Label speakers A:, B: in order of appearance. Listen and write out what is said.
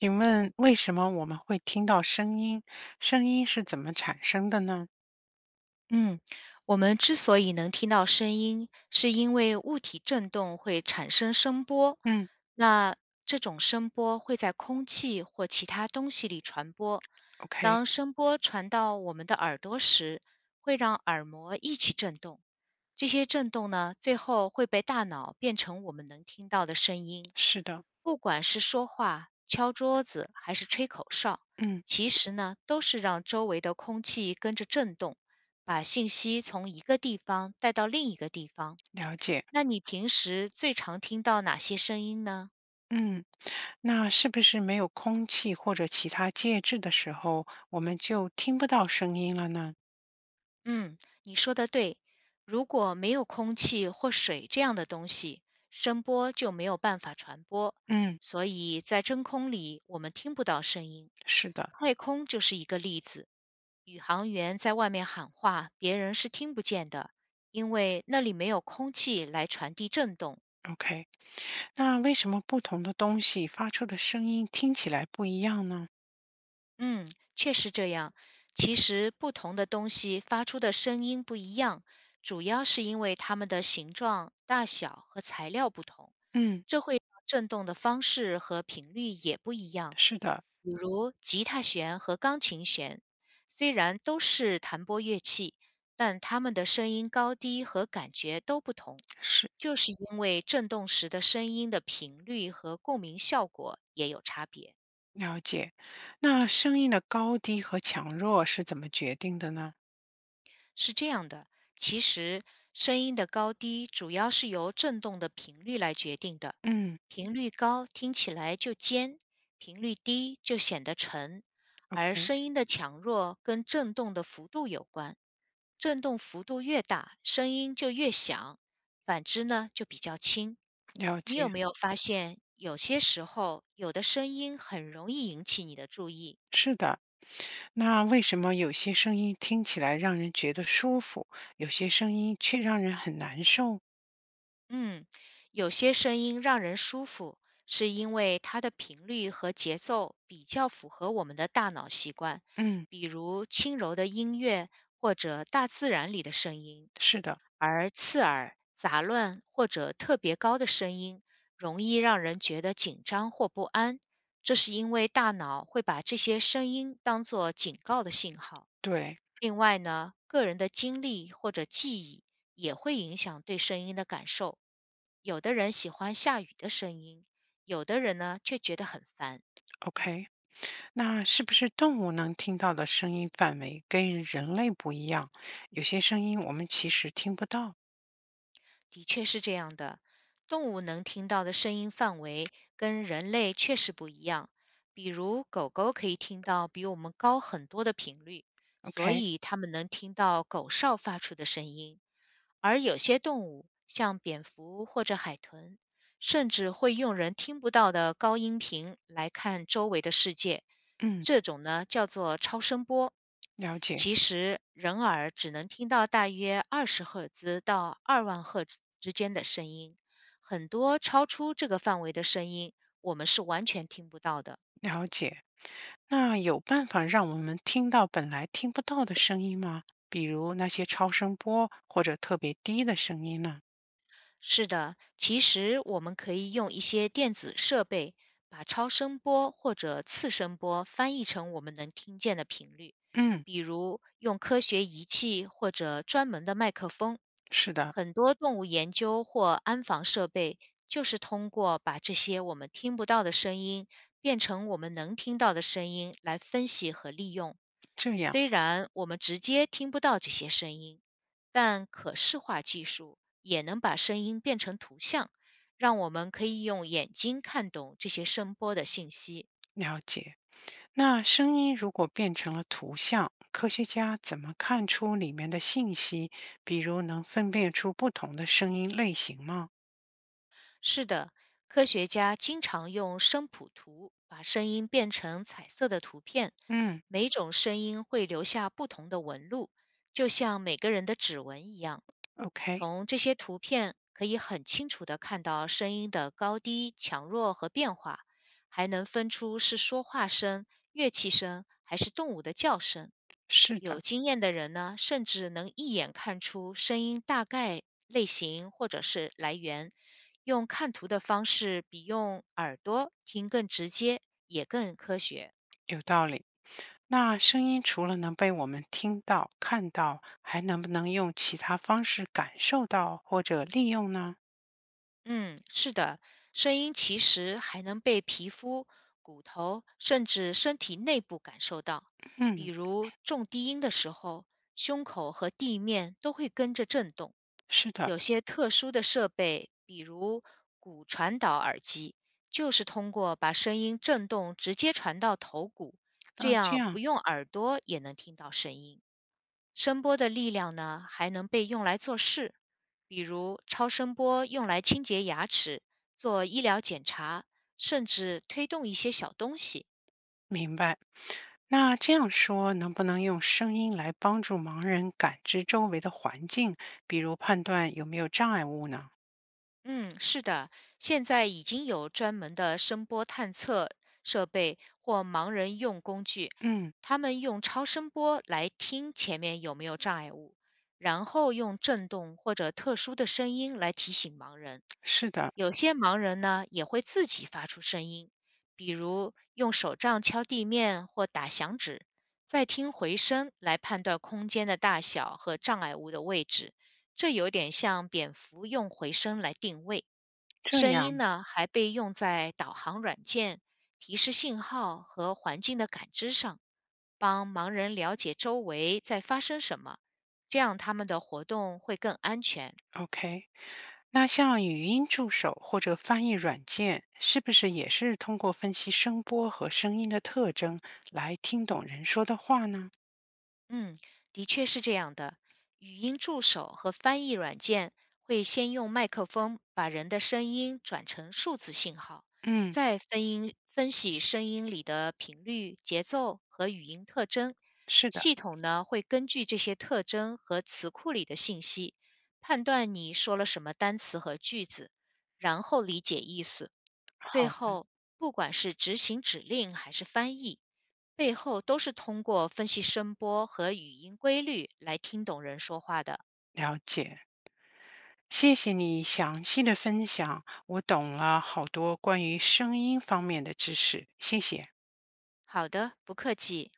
A: 请问为什么我们会听到声音？声音是怎么产生的呢？
B: 嗯，我们之所以能听到声音，是因为物体振动会产生声波，
A: 嗯
B: 那这种声波会在空气或其他东西里传播。
A: ，OK，
B: 当声波传到我们的耳朵时，会让耳膜一起振动。这些振动呢，最后会被大脑变成我们能听到的声音。
A: 是的，
B: 不管是说话、敲桌子还是吹口哨，
A: 嗯，
B: 其实呢，都是让周围的空气跟着振动。把信息从一个地方带到另一个地方。
A: 了解，
B: 那你平时最常听到哪些声音呢？
A: 嗯，那是不是没有空气或者其他介质的时候，我们就听不到声音了呢？
B: 嗯，你说的对。如果没有空气或水这样的东西，声波就没有办法传播，
A: 嗯，
B: 所以在真空里我们听不到声音。
A: 是的
B: 太空就是一个例子，宇航员在外面喊话，别人是听不见的，因为那里没有空气来传递震动。
A: ，OK，那为什么不同的东西发出的声音听起来不一样呢？
B: 嗯，确实这样。其实不同的东西发出的声音不一样，主要是因为它们的形状、大小和材料不同，
A: 嗯，
B: 这会让振动的方式和频率也不一样。
A: 是的，
B: 比如吉他弦和钢琴弦，虽然都是弹拨乐器，但它们的声音高低和感觉都不同，
A: 是
B: 就是因为振动时的声音的频率和共鸣效果也有差别。
A: 了解。那声音的高低和强弱是怎么决定的呢？
B: 是这样的，其实声音的高低主要是由振动的频率来决定的。
A: 嗯
B: 频率高听起来就尖，频率低就显得沉。而
A: ，OK，
B: 声音的强弱跟振动的幅度有关，振动幅度越大，声音就越响；反之呢，就比较轻。
A: 了
B: 你
A: 解。
B: 有没有发现，有些时候有的声音很容易引起你的注意，
A: 是的，那为什么有些声音听起来让人觉得舒服，有些声音却让人很难受？
B: 嗯，有些声音让人舒服，是因为它的频率和节奏比较符合我们的大脑习惯，
A: 嗯，
B: 比如轻柔的音乐或者大自然里的声音；
A: 是的，
B: 而刺耳、杂乱或者特别高的声音，容易让人觉得紧张或不安，这是因为大脑会把这些声音当作警告的信号。
A: 对
B: 另外呢，个人的经历或者记忆也会影响对声音的感受。有的人喜欢下雨的声音，有的人呢却觉得很烦。
A: ，OK。那是不是动物能听到的声音范围跟人类不一样？有些声音我们其实听不到。
B: 的确是这样的，动物能听到的声音范围跟人类确实不一样。比如狗狗可以听到比我们高很多的频率，所
A: OK，
B: 以它们能听到狗哨发出的声音。而有些动物，像蝙蝠或者海豚，甚至会用人听不到的高音频来看周围的世界，
A: 嗯，
B: 这种呢叫做超声波。
A: 了解，
B: 其实人耳只能听到大约20赫兹到2万赫兹之间的声音，很多超出这个范围的声音我们是完全听不到的。
A: 了解。那有办法让我们听到本来听不到的声音吗？比如那些超声波或者特别低的声音呢？
B: 是的，其实我们可以用一些电子设备把超声波或者次声波翻译成我们能听见的频率，
A: 嗯，
B: 比如用科学仪器或者专门的麦克风。
A: 是的，
B: 很多动物研究或安防设备就是通过把这些我们听不到的声音变成我们能听到的声音来分析和利用。
A: 这样
B: 虽然我们直接听不到这些声音，但可视化技术也能把声音变成图像，让我们可以用眼睛看懂这些声波的信息。
A: 了解。那声音如果变成了图像，科学家怎么看出里面的信息？比如能分辨出不同的声音类型吗？
B: 是的，科学家经常用声谱图把声音变成彩色的图片，
A: 嗯
B: 每种声音会留下不同的纹路，就像每个人的指纹一样。
A: ，OK，
B: 从这些图片可以很清楚地看到声音的高低、强弱和变化，还能分出是说话声、乐器声还是动物的叫声。
A: 是
B: 有
A: 的，
B: 经验的人呢，甚至能一眼看出声音大概类型或者是来源，用看图的方式比用耳朵听更直接，也更科学。
A: 有道理。那声音除了能被我们听到、看到，还能不能用其他方式感受到或者利用呢？
B: 嗯，是的，声音其实还能被皮肤、骨头甚至身体内部感受到，比
A: 嗯，
B: 如重低音的时候，胸口和地面都会跟着震动。
A: 是的。
B: 有些特殊的设备，比如骨传导耳机，就是通过把声音震动直接传到头骨，这
A: 那这
B: 样
A: 样
B: 不用耳朵也能听到声音。声波的力量呢，还能被用来做事，比如超声波用来清洁牙齿、做医疗检查，甚至推动一些小东西。
A: 明白。那这样说，能不能用声音来帮助盲人感知周围的环境，比如判断有没有障碍物呢？
B: 嗯，是的，现在已经有专门的声波探测设备或盲人用工具，
A: 嗯，
B: 他们用超声波来听前面有没有障碍物，然后用震动或者特殊的声音来提醒盲人。
A: 是的，
B: 有些盲人呢也会自己发出声音，比如用手杖敲地面或打响指，再听回声来判断空间的大小和障碍物的位置。这有点像蝙蝠用回声来定位。
A: 这
B: 声
A: 样
B: 音呢还被用在导航软件、提示信号和环境的感知上，帮盲人了解周围在发生什么，这样他们的活动会更安全。
A: OK。那像语音助手或者翻译软件，是不是也是通过分析声波和声音的特征来听懂人说的话呢？
B: 嗯，的确是这样的。语音助手和翻译软件会先用麦克风把人的声音转成数字信号，
A: 嗯，
B: 再分音分析声音里的频率、节奏和语音特征。
A: 是的，
B: 系统呢会根据这些特征和词库里的信息，判断你说了什么单词和句子，然后理解意思。
A: 好
B: 最
A: 的，
B: 后，不管是执行指令还是翻译，背后都是通过分析声波和语音规律来听懂人说话的。
A: 了解。谢谢你详细的分享，我懂了好多关于声音方面的知识，谢谢。
B: 好的，不客气。